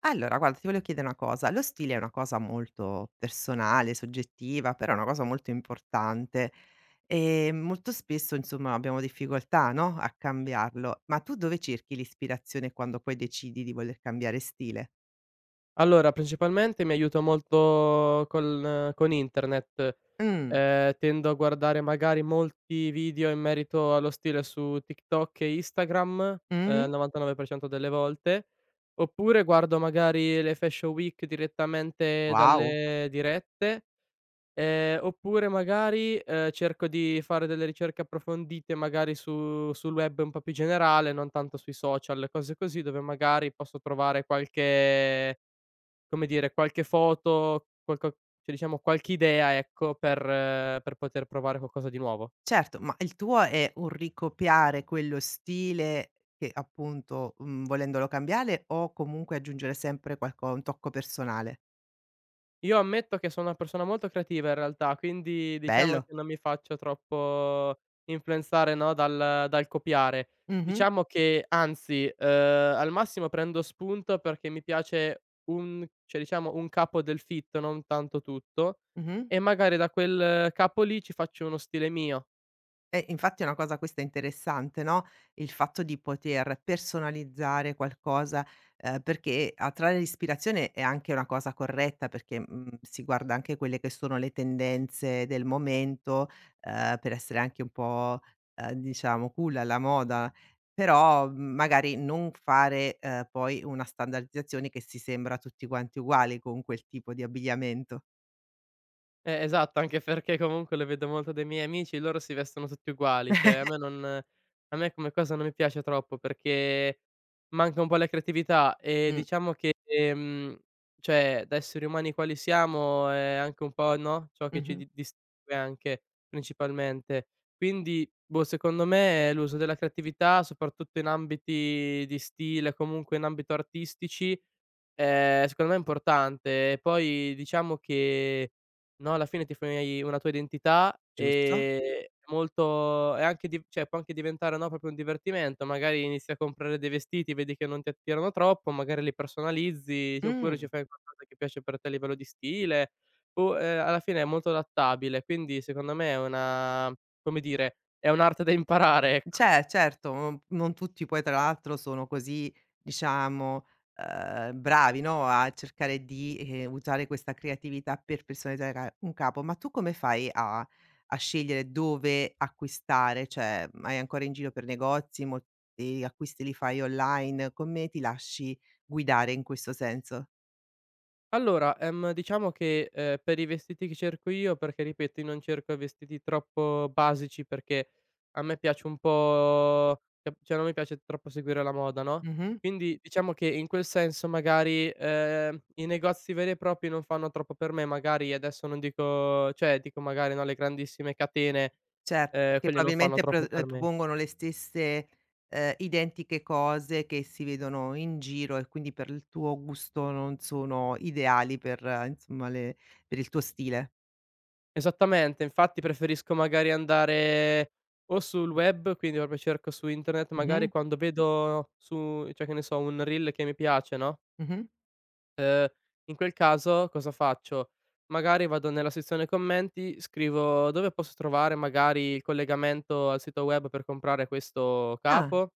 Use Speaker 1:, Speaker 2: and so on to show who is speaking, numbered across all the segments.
Speaker 1: Allora guarda, ti volevo chiedere una cosa, lo stile è una cosa molto personale, soggettiva, però è una cosa molto importante e molto spesso insomma abbiamo difficoltà, no, a cambiarlo. Ma tu dove cerchi l'ispirazione quando poi decidi di voler cambiare stile?
Speaker 2: Allora, principalmente mi aiuta molto col con internet.
Speaker 1: Mh.
Speaker 2: Tendo a guardare magari molti video in merito allo stile su TikTok e Instagram, al
Speaker 1: Mh-mh.
Speaker 2: 99% delle volte, oppure guardo magari le Fashion Week direttamente
Speaker 1: Wow.
Speaker 2: dalle dirette. Oppure magari, cerco di fare delle ricerche approfondite magari su sul web un po' più generale, non tanto sui social, cose così, dove magari posso trovare qualche come dire, qualche foto, qualco cioè diciamo qualche idea, ecco, per poter provare qualcosa di nuovo.
Speaker 1: Certo, ma il tuo è un ricopiare quello stile che appunto, volendolo cambiare o comunque aggiungere sempre qualco un tocco personale?
Speaker 2: Io ammetto che sono una persona molto creativa in realtà, quindi diciamo
Speaker 1: Bello.
Speaker 2: che non mi faccio troppo influenzare, no, dal copiare.
Speaker 1: Mh-mh.
Speaker 2: Diciamo che anzi, al massimo prendo spunto perché mi piace un cioè diciamo un capo del fit, non tanto tutto,
Speaker 1: Mh-mh.
Speaker 2: e magari da quel capo lì ci faccio uno stile mio.
Speaker 1: Infatti è una cosa questa interessante, no, il fatto di poter personalizzare qualcosa, perché attrarre l'ispirazione è anche una cosa corretta, perché, si guarda anche quelle che sono le tendenze del momento, per essere anche un po', diciamo cool, alla moda, però, magari non fare, poi una standardizzazione che si sembra tutti quanti uguali con quel tipo di abbigliamento.
Speaker 2: Esatto, anche perché comunque lo vedo molto dai miei amici, loro si vestono tutti uguali, cioè a me come cosa non mi piace troppo perché manca un po' la creatività e
Speaker 1: Mh.
Speaker 2: diciamo che, cioè da esseri umani quali siamo è anche un po', no, ciò che ci
Speaker 1: Mh-mh.
Speaker 2: di distingue anche principalmente. Quindi, boh, secondo me l'uso della creatività, soprattutto in ambiti di stile, comunque in ambito artistici, secondo me è importante. E poi diciamo che, no, alla fine ti fai una tua identità, sì.
Speaker 1: Giusto.
Speaker 2: Molto è anche div cioè può anche diventare, no, proprio un divertimento: magari inizi a comprare dei vestiti, vedi che non ti attirano troppo, magari li personalizzi oppure
Speaker 1: Mh.
Speaker 2: ci fai qualcosa che piace per te a livello di stile o, alla fine è molto adattabile, quindi secondo me è una come dire, è un'arte da imparare, ecco.
Speaker 1: Certo, non tutti poi tra l'altro sono così, diciamo, bravi, no, a cercare di, usare questa creatività per personalizzare un capo. Ma tu come fai a scegliere dove acquistare? Cioè, vai ancora in giro per negozi, molti acquisti li fai online, come ti lasci guidare in questo senso?
Speaker 2: Allora, diciamo che, per i vestiti che cerco io, perché ripeto, io non cerco vestiti troppo basici perché a me piace un po' cioè non mi piace troppo seguire la moda, no,
Speaker 1: Mh-mh.
Speaker 2: quindi diciamo che in quel senso magari, i negozi veri e propri non fanno troppo per me, magari adesso non dico cioè dico magari, no, le grandissime catene,
Speaker 1: Certo, perché
Speaker 2: quelle non fanno
Speaker 1: probabilmente
Speaker 2: troppo per me.
Speaker 1: propongono le stesse, identiche cose che si vedono in giro e quindi per il tuo gusto non sono ideali per insomma le per il tuo stile.
Speaker 2: Esattamente, infatti preferisco magari andare o sul web, quindi proprio cerco su internet,
Speaker 1: Mh-mh.
Speaker 2: magari quando vedo su cioè che ne so, un reel che mi piace, no,
Speaker 1: Mh-mh.
Speaker 2: ehm, in quel caso cosa faccio? Magari vado nella sezione commenti, scrivo dove posso trovare magari il collegamento al sito web per comprare questo
Speaker 1: Ah,
Speaker 2: capo,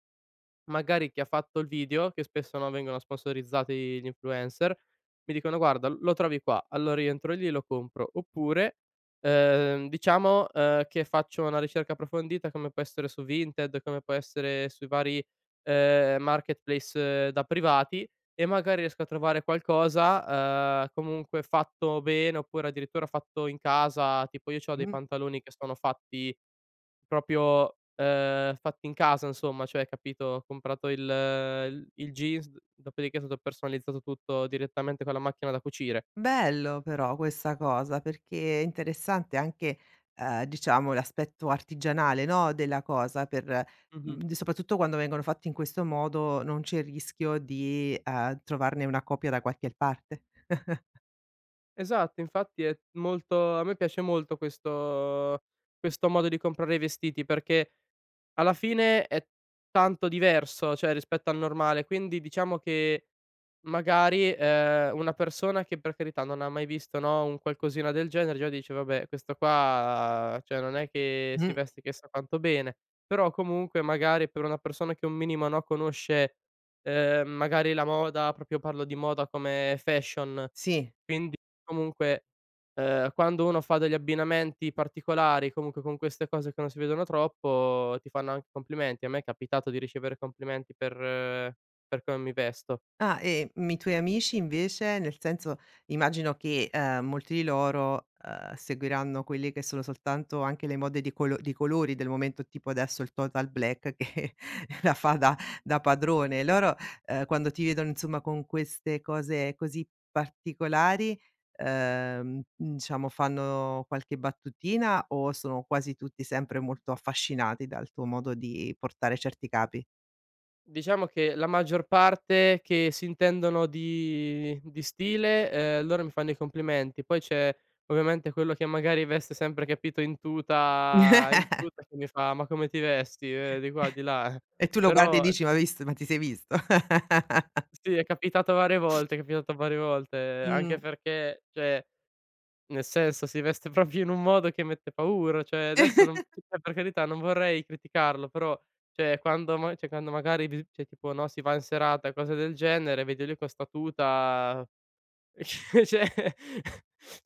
Speaker 2: magari chi ha fatto il video, che spesso, no, vengono sponsorizzati gli influencer, mi dicono: "Guarda, lo trovi qua". Allora io entro lì e lo compro. Oppure, diciamo, che faccio una ricerca approfondita come può essere su Vinted, come può essere sui vari, marketplace da privati, e magari riesco a trovare qualcosa, comunque fatto bene oppure addirittura fatto in casa. Tipo io c'ho dei
Speaker 1: mh,
Speaker 2: pantaloni che sono fatti proprio, fatti in casa insomma, cioè capito, ho comprato il jeans, dopodiché è stato personalizzato tutto direttamente con la macchina da cucire.
Speaker 1: bello però questa cosa, perché è interessante anche, diciamo l'aspetto artigianale, no, della cosa
Speaker 2: Mh-mh.
Speaker 1: soprattutto quando vengono fatti in questo modo non c'è il rischio di, trovarne una copia da qualche parte.
Speaker 2: Esatto, infatti è molto a me piace molto questo questo modo di comprare i vestiti, perché alla fine è tanto diverso, cioè rispetto al normale, quindi diciamo che magari, una persona che per carità non ha mai visto, no, un qualcosina del genere già dice: "Vabbè, questo qua cioè non è che si
Speaker 1: Mh,
Speaker 2: veste chissà quanto bene." Però comunque magari per una persona che un minimo, no, conosce, magari la moda, proprio parlo di moda come fashion,
Speaker 1: sì.
Speaker 2: quindi comunque, quando uno fa degli abbinamenti particolari, comunque con queste cose che non si vedono troppo, ti fanno anche complimenti. A me è capitato di ricevere complimenti per come mi vesto.
Speaker 1: Ah, i tuoi amici invece, nel senso immagino che, molti di loro, seguiranno quelle che sono soltanto anche le mode di colori del momento, tipo adesso il total black che la fa da padrone. Loro, quando ti vedono insomma con queste cose così particolari, diciamo fanno qualche battutina o sono quasi tutti sempre molto affascinati dal tuo modo di portare certi capi?
Speaker 2: Diciamo che la maggior parte che si intendono di stile, loro mi fanno i complimenti. Poi c'è ovviamente quello che magari veste sempre, capito, in tuta in tuta che mi fa: "Ma come ti vesti?" Di qua, di là.
Speaker 1: E tu lo guardi e
Speaker 2: Però
Speaker 1: dici: Ma ti sei visto?"
Speaker 2: sì, è capitato varie volte, è capitato varie volte, anche
Speaker 1: Mh.
Speaker 2: perché, cioè nel senso, si veste proprio in un modo che mette paura, cioè adesso non cioè per carità non vorrei criticarlo, però cioè quando ma cioè quando magari vi cioè tipo, no, si va in serata e cose del genere, vedi lui con 'sta tuta cioè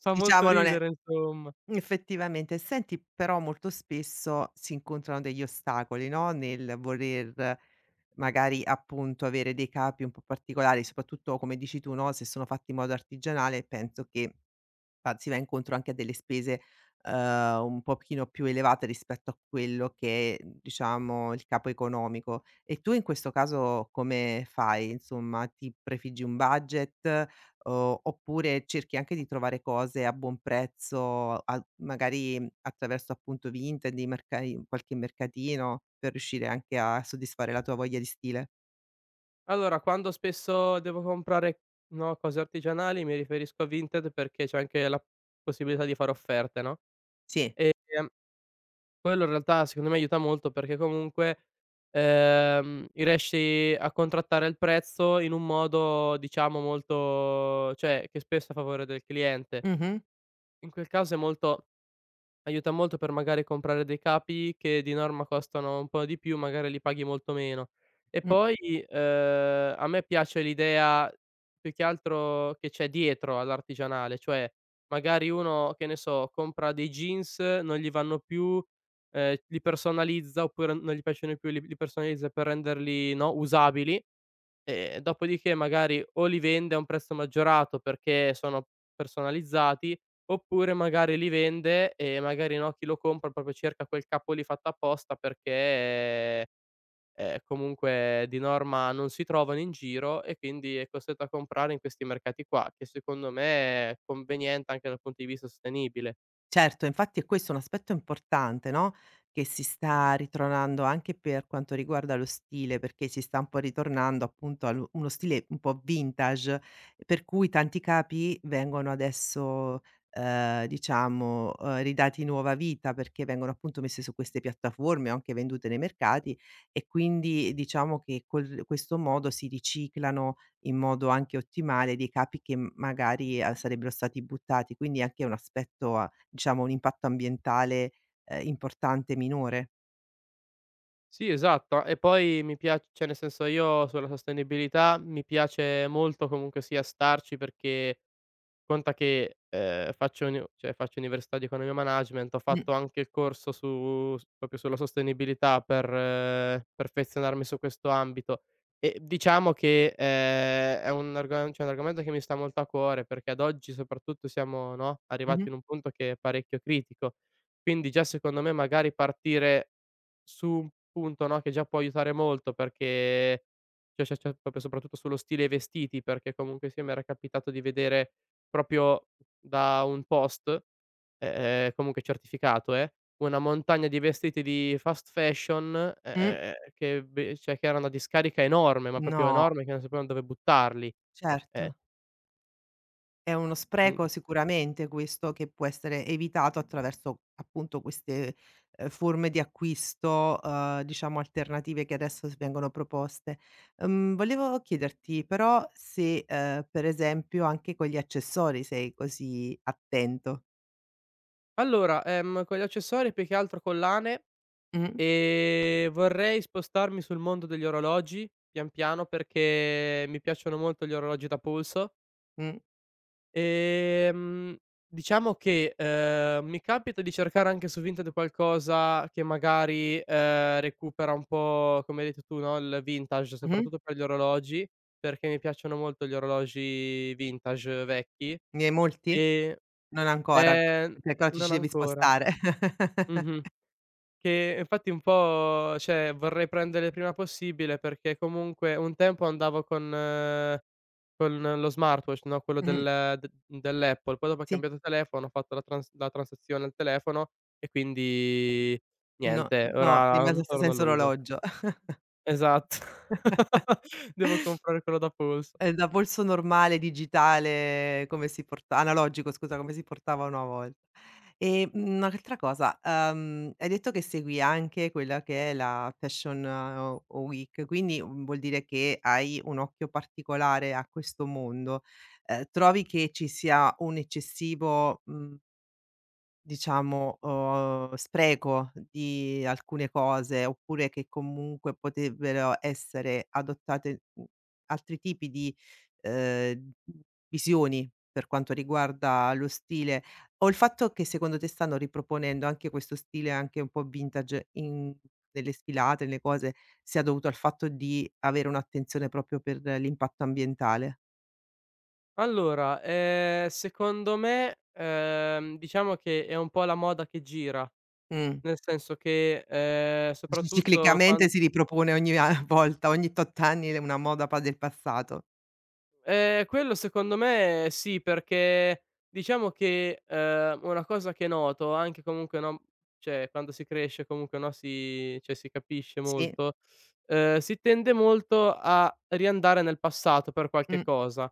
Speaker 2: fa molto
Speaker 1: Diciamo non è
Speaker 2: ridere insomma.
Speaker 1: effettivamente. Senti, però molto spesso si incontrano degli ostacoli, no, nel voler magari, appunto, avere dei capi un po' particolari, soprattutto come dici tu, no, se sono fatti in modo artigianale penso che fa si va incontro anche a delle spese, uhm, un pochino più elevate rispetto a quello che è, diciamo, il capo economico. E tu in questo caso come fai? Insomma, ti prefiggi un budget, o oppure cerchi anche di trovare cose a buon prezzo, a magari attraverso appunto Vinted, i mercai qualche mercatino, per riuscire anche a soddisfare la tua voglia di stile?
Speaker 2: Allora, quando spesso devo comprare, no, cose artigianali mi riferisco a Vinted perché c'è anche la possibilità di fare offerte, no,
Speaker 1: Sì.
Speaker 2: ehm quello in realtà secondo me aiuta molto perché comunque, riesci a contrattare il prezzo in un modo diciamo molto cioè che spesso è a favore del cliente.
Speaker 1: Mh-mh.
Speaker 2: In quel caso è molto aiuta molto per magari comprare dei capi che di norma costano un po' di più, magari li paghi molto meno. E poi, a me piace l'idea più che altro che c'è dietro all'artigianale, cioè magari uno, che ne so, compra dei jeans, non gli vanno più, li personalizza oppure non gli piacciono più, li personalizza per renderli, no, usabili. Dopodiché magari o li vende a un prezzo maggiorato perché sono personalizzati, oppure magari li vende e magari, no, chi lo compra proprio cerca quel capo lì fatto apposta perché, comunque di norma non si trovano in giro e quindi è costretto a comprare in questi mercati qua, che secondo me è conveniente anche dal punto di vista sostenibile.
Speaker 1: Certo, infatti è questo un aspetto importante, no, che si sta ritornando anche per quanto riguarda lo stile, perché si sta un po' ritornando appunto a uno stile un po' vintage, per cui tanti capi vengono adesso, diciamo, ridati nuova vita, perché vengono appunto messi su queste piattaforme o anche vendute nei mercati e quindi diciamo che col questo modo si riciclano in modo anche ottimale dei capi che magari, sarebbero stati buttati, quindi anche un aspetto a Diciamo un impatto ambientale, importante minore.
Speaker 2: Sì, esatto, e poi mi piac cioè nel senso io sulla sostenibilità mi piace molto comunque sia starci perché conta che, faccio uni cioè faccio università di economia e management, ho
Speaker 1: Mh.
Speaker 2: fatto anche il corso su s proprio sulla sostenibilità per perfezionarmi su questo ambito, e diciamo che, è un argo cioè un argomento che mi sta molto a cuore perché ad oggi soprattutto siamo, no, arrivati
Speaker 1: Mh-mh.
Speaker 2: in un punto che è parecchio critico. Quindi già secondo me magari partire su un punto, no, che già può aiutare molto perché cioè proprio soprattutto sullo stile e vestiti, perché comunque sì, mi era capitato di vedere proprio da un post, comunque certificato una montagna di vestiti di fast fashion,
Speaker 1: Mh.
Speaker 2: che ve cioè che era una discarica enorme, ma proprio
Speaker 1: No,
Speaker 2: enorme, che non sapevano dove buttarli. Eh,
Speaker 1: certo. È uno spreco
Speaker 2: quindi
Speaker 1: sicuramente questo che può essere evitato attraverso appunto queste, forme di acquisto, diciamo alternative che adesso s vengono proposte. Volevo chiederti però se, per esempio anche con gli accessori sei così attento.
Speaker 2: allora, con gli accessori più che altro collane,
Speaker 1: Mh.
Speaker 2: vorrei spostarmi sul mondo degli orologi, pian piano, perché mi piacciono molto gli orologi da polso.
Speaker 1: Mh.
Speaker 2: Ehm, diciamo che, mi capita di cercare anche su Vinted qualcosa che magari, recupera un po', come hai detto tu, no, il vintage,
Speaker 1: Mh-mh.
Speaker 2: soprattutto per gli orologi, perché mi piacciono molto gli orologi vintage vecchi,
Speaker 1: Ne hai molti?
Speaker 2: e
Speaker 1: Non ancora,
Speaker 2: ehm,
Speaker 1: perché ancora ti
Speaker 2: non
Speaker 1: ci devi
Speaker 2: ancora.
Speaker 1: spostare.
Speaker 2: Mh-mh. Che infatti un po' cioè vorrei prendere il prima possibile perché comunque un tempo andavo con lo smartwatch, no, quello
Speaker 1: Mh,
Speaker 2: dell'Apple, poi dopo ho
Speaker 1: sì.
Speaker 2: cambiato telefono, ho fatto la transazione al telefono e quindi
Speaker 1: No,
Speaker 2: niente,
Speaker 1: no,
Speaker 2: ora
Speaker 1: rimase se
Speaker 2: ora non
Speaker 1: senza
Speaker 2: lo uso.
Speaker 1: orologio.
Speaker 2: Esatto. Devo comprare quello da polso.
Speaker 1: È da polso normale digitale come si porta analogico scusa, come si portava una volta. E, un'altra cosa, hai detto che segui anche quella che è la Fashion Week, quindi vuol dire che hai un occhio particolare a questo mondo. Trovi che ci sia un eccessivo, mhmm diciamo, spreco di alcune cose, oppure che comunque potrebbero essere adottate, altri tipi di, ehm, visioni per quanto riguarda lo stile, o il fatto che secondo te stanno riproponendo anche questo stile anche un po' vintage in nelle sfilate, nelle cose, sia dovuto al fatto di avere un'attenzione proprio per l'impatto ambientale?
Speaker 2: Allora, secondo me, diciamo che è un po' la moda che gira,
Speaker 1: Mh.
Speaker 2: nel senso che,
Speaker 1: Dici
Speaker 2: soprattutto quan
Speaker 1: ciclicamente si ripropone ogni a volta, ogni tot anni le una moda pa del passato.
Speaker 2: ehm, quello secondo me sì, perché diciamo che, una cosa che noto anche comunque, no, cioè quando si cresce comunque, no, cioè si capisce
Speaker 1: Sì.
Speaker 2: molto, si tende molto a riandare nel passato per qualche
Speaker 1: Mh.
Speaker 2: cosa.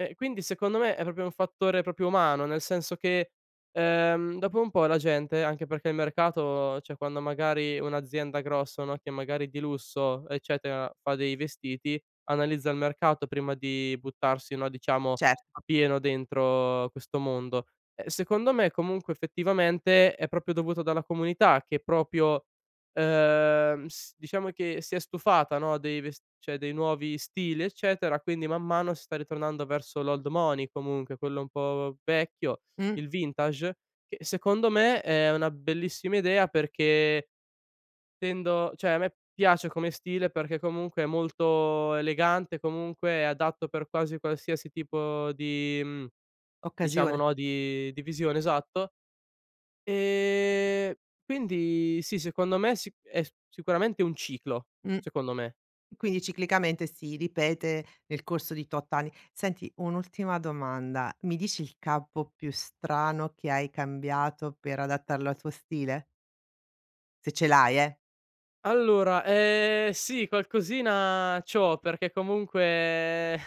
Speaker 2: E quindi secondo me è proprio un fattore proprio umano, nel senso che, dopo un po' la gente, anche perché il mercato cioè quando magari un'azienda grossa, no, che magari di lusso, eccetera, fa dei vestiti, analizza il mercato prima di buttarsi, no, diciamo
Speaker 1: Certo.
Speaker 2: a pieno dentro questo mondo. E secondo me comunque effettivamente è proprio dovuto dalla comunità che proprio s diciamo che si è stufata, no, dei ves cioè dei nuovi stili, eccetera, quindi man mano si sta ritornando verso l'old money comunque, quello un po' vecchio,
Speaker 1: Mh.
Speaker 2: il vintage, che secondo me è una bellissima idea perché tendo cioè a me piace come stile perché comunque è molto elegante, comunque è adatto per quasi qualsiasi tipo di mhmm, diciamo,
Speaker 1: Occasione.
Speaker 2: no, di visione, esatto. Ehm, quindi sì, secondo me sic è s sicuramente un ciclo,
Speaker 1: Mh.
Speaker 2: secondo me.
Speaker 1: Quindi ciclicamente si ripete nel corso di tot anni. Senti, un'ultima domanda: mi dici il capo più strano che hai cambiato per adattarlo al tuo stile? Se ce l'hai, eh.
Speaker 2: Allora, sì qualcosina c'ho, perché comunque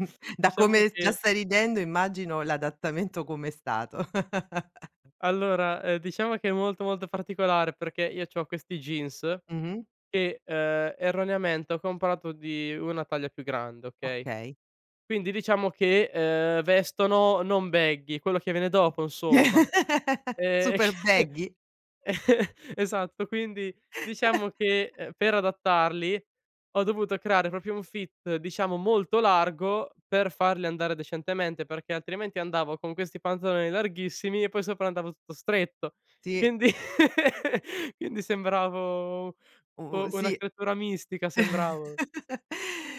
Speaker 1: Da
Speaker 2: diciamo
Speaker 1: come già
Speaker 2: che
Speaker 1: stai ridendo immagino l'adattamento com'è stato.
Speaker 2: allora, diciamo che è molto, molto particolare perché io c'ho questi jeans
Speaker 1: Mh-mh,
Speaker 2: che, erroneamente ho comprato di una taglia più grande, okay,
Speaker 1: okay.
Speaker 2: quindi diciamo che, vestono non baggy, quello che viene dopo insomma. Ehm
Speaker 1: Super baggy?
Speaker 2: esatto, quindi diciamo che, per adattarli ho dovuto creare proprio un fit, diciamo, molto largo per farli andare decentemente, perché altrimenti andavo con questi pantaloni larghissimi e poi sopra andavo tutto stretto.
Speaker 1: Sì,
Speaker 2: Quindi quindi sembravo un
Speaker 1: u
Speaker 2: po' una
Speaker 1: sì.
Speaker 2: creatura mistica sembravo.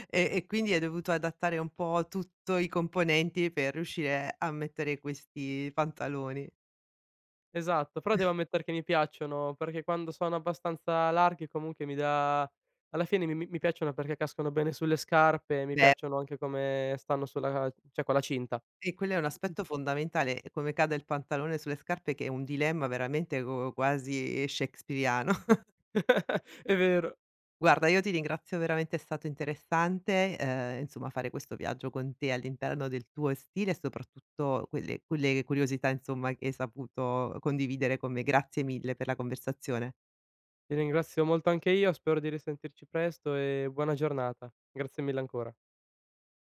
Speaker 1: E quindi hai dovuto adattare un po' tutto i componenti per riuscire a mettere questi pantaloni.
Speaker 2: Esatto, però devo ammettere che mi piacciono, perché quando sono abbastanza larghi comunque mi dà alla fine mi piacciono perché cascano bene sulle scarpe e mi
Speaker 1: Beh,
Speaker 2: piacciono anche come stanno sulla cioè con la cinta.
Speaker 1: e quello è un aspetto fondamentale, come cade il pantalone sulle scarpe che è un dilemma veramente co quasi shakespeariano.
Speaker 2: È vero.
Speaker 1: Guarda, io ti ringrazio veramente, è stato interessante, insomma fare questo viaggio con te all'interno del tuo stile e soprattutto quelle curiosità, insomma, che hai saputo condividere con me. Grazie mille per la conversazione.
Speaker 2: Ti ringrazio molto anche io, spero di risentirci presto e buona giornata. Grazie mille ancora.